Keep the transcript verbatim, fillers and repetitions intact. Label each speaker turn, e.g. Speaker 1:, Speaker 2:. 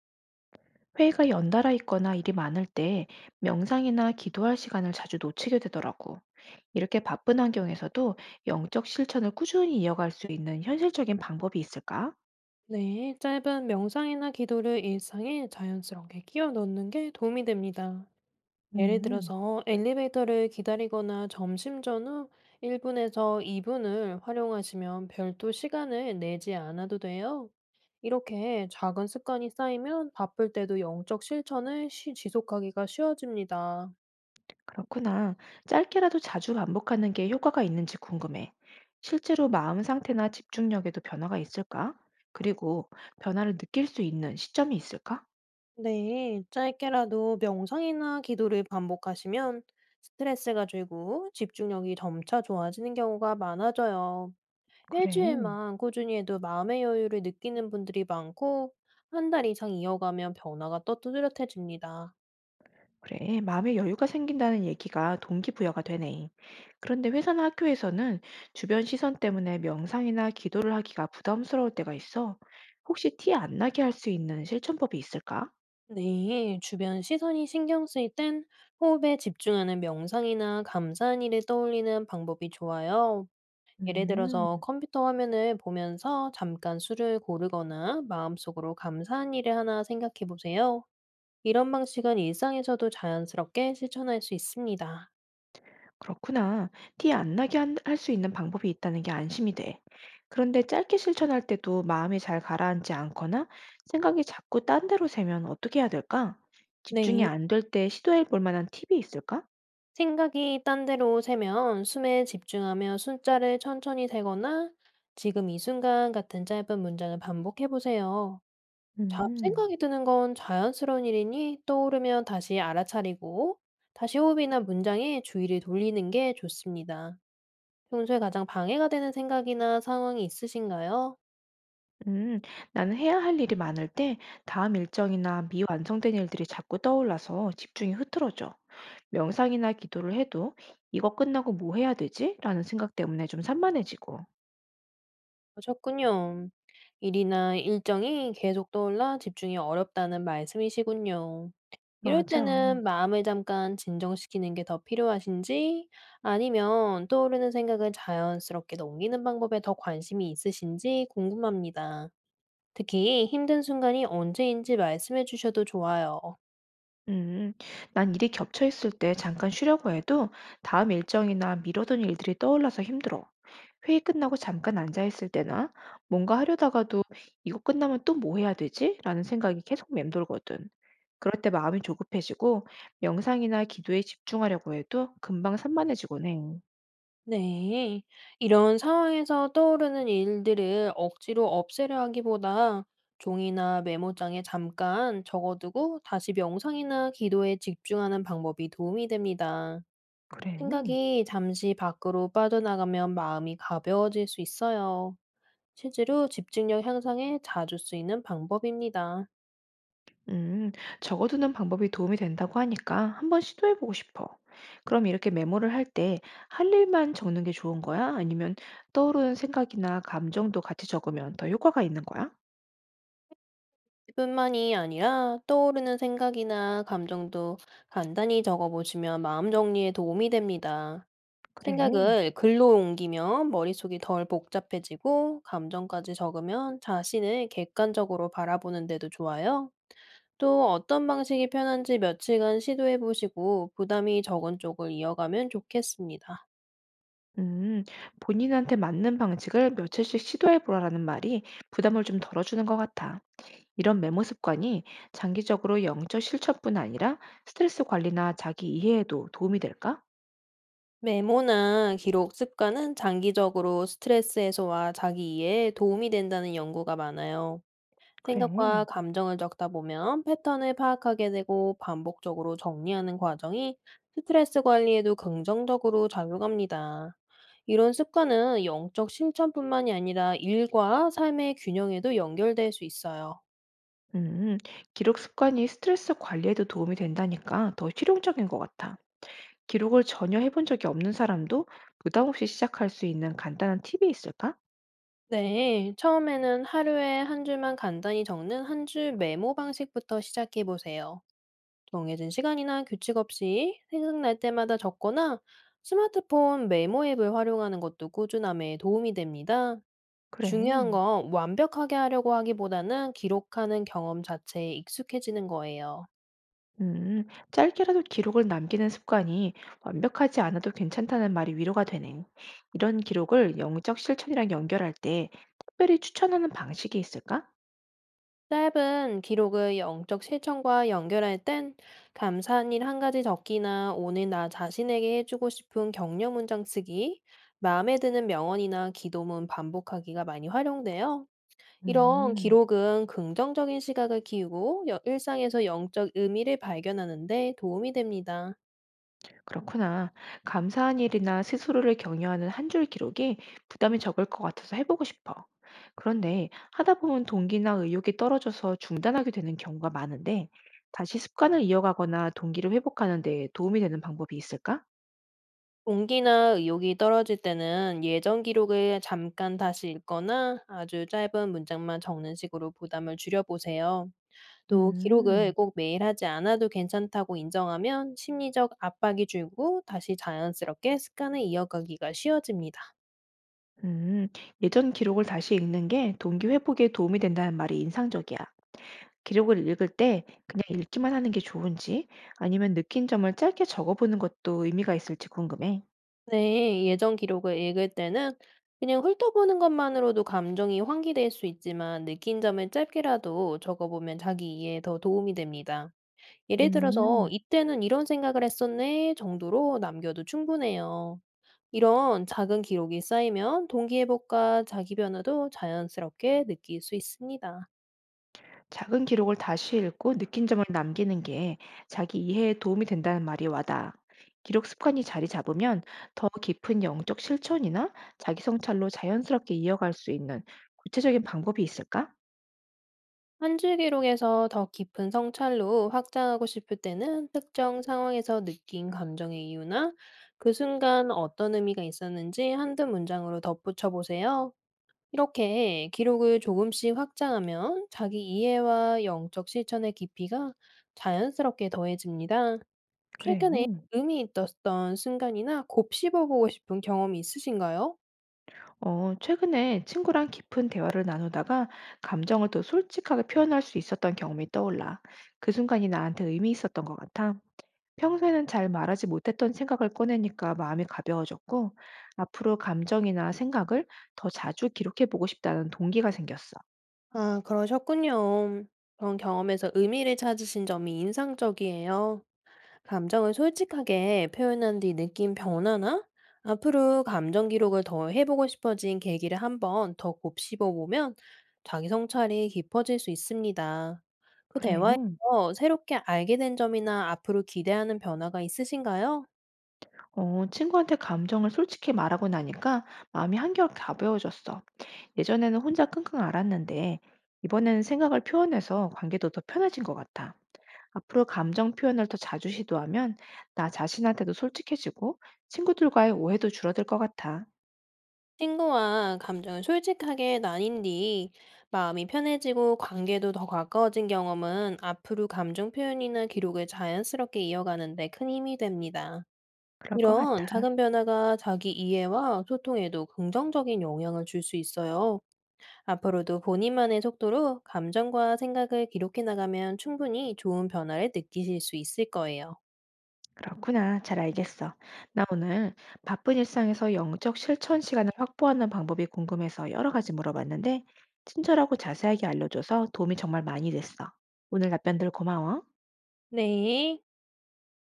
Speaker 1: 회의가 연달아 있거나 일이 많을 때 명상이나 기도할 시간을 자주 놓치게 되더라고. 이렇게 바쁜 환경에서도 영적 실천을 꾸준히 이어갈 수 있는 현실적인 방법이 있을까?
Speaker 2: 네, 짧은 명상이나 기도를 일상에 자연스럽게 끼워 넣는 게 도움이 됩니다. 예를
Speaker 1: 음,
Speaker 2: 들어서 엘리베이터를 기다리거나 점심 전후 일 분에서 이 분을 활용하시면 별도 시간을 내지 않아도 돼요. 이렇게 작은 습관이 쌓이면 바쁠 때도 영적 실천을 시- 지속하기가 쉬워집니다.
Speaker 1: 그렇구나. 짧게라도 자주 반복하는 게 효과가 있는지 궁금해. 실제로 마음 상태나 집중력에도 변화가 있을까? 그리고 변화를 느낄 수 있는 시점이 있을까?
Speaker 2: 네, 짧게라도 명상이나 기도를 반복하시면 스트레스가 줄고 집중력이 점차 좋아지는 경우가 많아져요.
Speaker 1: 그래.
Speaker 2: 일주일만 꾸준히 해도 마음의 여유를 느끼는 분들이 많고, 한 달 이상 이어가면 변화가 또 뚜렷해집니다.
Speaker 1: 그래, 마음의 여유가 생긴다는 얘기가 동기부여가 되네. 그런데 회사나 학교에서는 주변 시선 때문에 명상이나 기도를 하기가 부담스러울 때가 있어. 혹시 티 안 나게 할 수 있는 실천법이 있을까?
Speaker 2: 네, 주변 시선이 신경 쓰일 땐 호흡에 집중하는 명상이나 감사한 일을 떠올리는 방법이 좋아요. 예를
Speaker 1: 음,
Speaker 2: 들어서 컴퓨터 화면을 보면서 잠깐 수를 고르거나 마음속으로 감사한 일을 하나 생각해 보세요. 이런 방식은 일상에서도 자연스럽게 실천할 수 있습니다.
Speaker 1: 그렇구나. 티 안 나게 할 수 있는 방법이 있다는 게 안심이 돼. 그런데 짧게 실천할 때도 마음이 잘 가라앉지 않거나 생각이 자꾸 딴 데로 새면 어떻게 해야 될까? 집중이
Speaker 2: 네.
Speaker 1: 안 될 때 시도해 볼 만한 팁이 있을까?
Speaker 2: 생각이 딴 데로 새면 숨에 집중하며 숫자를 천천히 세거나 지금 이 순간 같은 짧은 문장을 반복해 보세요.
Speaker 1: 음.
Speaker 2: 잡생각이 드는 건 자연스러운 일이니 떠오르면 다시 알아차리고 다시 호흡이나 문장에 주의를 돌리는 게 좋습니다. 평소에 가장 방해가 되는 생각이나 상황이 있으신가요?
Speaker 1: 음, 나는 해야 할 일이 많을 때 다음 일정이나 미완성된 일들이 자꾸 떠올라서 집중이 흐트러져. 명상이나 기도를 해도 이거 끝나고 뭐 해야 되지? 라는 생각 때문에 좀 산만해지고.
Speaker 2: 그러셨군요. 일이나 일정이 계속 떠올라 집중이 어렵다는 말씀이시군요. 이럴
Speaker 1: 맞아.
Speaker 2: 때는 마음을 잠깐 진정시키는 게 더 필요하신지, 아니면 떠오르는 생각을 자연스럽게 넘기는 방법에 더 관심이 있으신지 궁금합니다. 특히 힘든 순간이 언제인지 말씀해 주셔도 좋아요.
Speaker 1: 음, 난 일이 겹쳐 있을 때 잠깐 쉬려고 해도 다음 일정이나 미뤄둔 일들이 떠올라서 힘들어. 회의 끝나고 잠깐 앉아 있을 때나 뭔가 하려다가도 이거 끝나면 또 뭐 해야 되지? 라는 생각이 계속 맴돌거든. 그럴 때 마음이 조급해지고 명상이나 기도에 집중하려고 해도 금방 산만해지곤 해.
Speaker 2: 네. 이런 상황에서 떠오르는 일들을 억지로 없애려 하기보다 종이나 메모장에 잠깐 적어두고 다시 명상이나 기도에 집중하는 방법이 도움이 됩니다.
Speaker 1: 그래.
Speaker 2: 생각이 잠시 밖으로 빠져나가면 마음이 가벼워질 수 있어요. 실제로 집중력 향상에 자주 쓰이는 방법입니다.
Speaker 1: 음, 적어두는 방법이 도움이 된다고 하니까 한 번 시도해보고 싶어. 그럼 이렇게 메모를 할 때 할 일만 적는 게 좋은 거야? 아니면 떠오르는 생각이나 감정도 같이 적으면 더 효과가 있는 거야?
Speaker 2: 뿐만이 아니라 떠오르는 생각이나 감정도 간단히 적어보시면 마음 정리에 도움이 됩니다.
Speaker 1: 그래.
Speaker 2: 생각을 글로 옮기면 머릿속이 덜 복잡해지고, 감정까지 적으면 자신을 객관적으로 바라보는 데도 좋아요. 또 어떤 방식이 편한지 며칠간 시도해 보시고 부담이 적은 쪽을 이어가면 좋겠습니다.
Speaker 1: 음, 본인한테 맞는 방식을 며칠씩 시도해보라는 말이 부담을 좀 덜어주는 것 같아. 이런 메모 습관이 장기적으로 영적 실천뿐 아니라 스트레스 관리나 자기 이해에도 도움이 될까?
Speaker 2: 메모나 기록 습관은 장기적으로 스트레스 해소와 자기 이해에 도움이 된다는 연구가 많아요.
Speaker 1: 그래.
Speaker 2: 생각과 감정을 적다 보면 패턴을 파악하게 되고, 반복적으로 정리하는 과정이 스트레스 관리에도 긍정적으로 작용합니다. 이런 습관은 영적 실천뿐만이 아니라 일과 삶의 균형에도 연결될 수 있어요.
Speaker 1: 음, 기록 습관이 스트레스 관리에도 도움이 된다니까 더 실용적인 것 같아. 기록을 전혀 해본 적이 없는 사람도 부담 없이 시작할 수 있는 간단한 팁이 있을까?
Speaker 2: 네, 처음에는 하루에 한 줄만 간단히 적는 한 줄 메모 방식부터 시작해 보세요. 정해진 시간이나 규칙 없이 생각날 때마다 적거나 스마트폰 메모 앱을 활용하는 것도 꾸준함에 도움이 됩니다. 중요한
Speaker 1: 그래.
Speaker 2: 건 완벽하게 하려고 하기보다는 기록하는 경험 자체에 익숙해지는 거예요.
Speaker 1: 음, 짧게라도 기록을 남기는 습관이 완벽하지 않아도 괜찮다는 말이 위로가 되네. 이런 기록을 영적 실천이랑 연결할 때 특별히 추천하는 방식이 있을까?
Speaker 2: 짧은 기록을 영적 실천과 연결할 땐 감사한 일 한 가지 적기나 오늘 나 자신에게 해주고 싶은 격려 문장 쓰기, 마음에 드는 명언이나 기도문 반복하기가 많이 활용돼요. 이런
Speaker 1: 음.
Speaker 2: 기록은 긍정적인 시각을 키우고 여- 일상에서 영적 의미를 발견하는 데 도움이 됩니다.
Speaker 1: 그렇구나. 감사한 일이나 스스로를 격려하는 한 줄 기록이 부담이 적을 것 같아서 해보고 싶어. 그런데 하다 보면 동기나 의욕이 떨어져서 중단하게 되는 경우가 많은데 다시 습관을 이어가거나 동기를 회복하는 데 도움이 되는 방법이 있을까?
Speaker 2: 동기나 의욕이 떨어질 때는 예전 기록을 잠깐 다시 읽거나 아주 짧은 문장만 적는 식으로 부담을 줄여보세요. 또 기록을
Speaker 1: 음,
Speaker 2: 꼭 매일 하지 않아도 괜찮다고 인정하면 심리적 압박이 줄고 다시 자연스럽게 습관을 이어가기가 쉬워집니다.
Speaker 1: 음, 예전 기록을 다시 읽는 게 동기 회복에 도움이 된다는 말이 인상적이야. 기록을 읽을 때 그냥 읽기만 하는 게 좋은지 아니면 느낀 점을 짧게 적어보는 것도 의미가 있을지 궁금해.
Speaker 2: 네, 예전 기록을 읽을 때는 그냥 훑어보는 것만으로도 감정이 환기될 수 있지만, 느낀 점을 짧게라도 적어보면 자기 이해에 더 도움이 됩니다. 예를 들어서
Speaker 1: 음.
Speaker 2: "이때는 이런 생각을 했었네." 정도로 남겨도 충분해요. 이런 작은 기록이 쌓이면 동기회복과 자기 변화도 자연스럽게 느낄 수 있습니다.
Speaker 1: 작은 기록을 다시 읽고 느낀 점을 남기는 게 자기 이해에 도움이 된다는 말이 와닿아. 기록 습관이 자리 잡으면 더 깊은 영적 실천이나 자기 성찰로 자연스럽게 이어갈 수 있는 구체적인 방법이 있을까?
Speaker 2: 한 줄 기록에서 더 깊은 성찰로 확장하고 싶을 때는 특정 상황에서 느낀 감정의 이유나 그 순간 어떤 의미가 있었는지 한두 문장으로 덧붙여 보세요. 이렇게 기록을 조금씩 확장하면 자기 이해와 영적 실천의 깊이가 자연스럽게 더해집니다.
Speaker 1: 그래.
Speaker 2: 최근에 의미 있었던 순간이나 곱씹어보고 싶은 경험이 있으신가요?
Speaker 1: 어, 최근에 친구랑 깊은 대화를 나누다가 감정을 더 솔직하게 표현할 수 있었던 경험이 떠올라. 그 순간이 나한테 의미 있었던 것 같아. 평소에는 잘 말하지 못했던 생각을 꺼내니까 마음이 가벼워졌고, 앞으로 감정이나 생각을 더 자주 기록해 보고 싶다는 동기가 생겼어.
Speaker 2: 아, 그러셨군요. 그런 경험에서 의미를 찾으신 점이 인상적이에요. 감정을 솔직하게 표현한 뒤 느낀 변화나 앞으로 감정 기록을 더 해보고 싶어진 계기를 한번 더 곱씹어 보면 자기 성찰이 깊어질 수 있습니다. 그
Speaker 1: 그래.
Speaker 2: 대화에서 새롭게 알게 된 점이나 앞으로 기대하는 변화가 있으신가요?
Speaker 1: 어, 친구한테 감정을 솔직히 말하고 나니까 마음이 한결 가벼워졌어. 예전에는 혼자 끙끙 앓았는데, 이번에는 생각을 표현해서 관계도 더 편해진 것 같아. 앞으로 감정 표현을 더 자주 시도하면 나 자신한테도 솔직해지고 친구들과의 오해도 줄어들 것 같아.
Speaker 2: 친구와 감정을 솔직하게 나뉜 뒤 마음이 편해지고 관계도 더 가까워진 경험은 앞으로 감정 표현이나 기록을 자연스럽게 이어가는 데 큰 힘이 됩니다.
Speaker 1: 그럴 것
Speaker 2: 이런
Speaker 1: 같아.
Speaker 2: 작은 변화가 자기 이해와 소통에도 긍정적인 영향을 줄 수 있어요. 앞으로도 본인만의 속도로 감정과 생각을 기록해 나가면 충분히 좋은 변화를 느끼실 수 있을 거예요.
Speaker 1: 그렇구나. 잘 알겠어. 나 오늘 바쁜 일상에서 영적 실천 시간을 확보하는 방법이 궁금해서 여러 가지 물어봤는데, 친절하고 자세하게 알려줘서 도움이 정말 많이 됐어. 오늘 답변들 고마워.
Speaker 2: 네.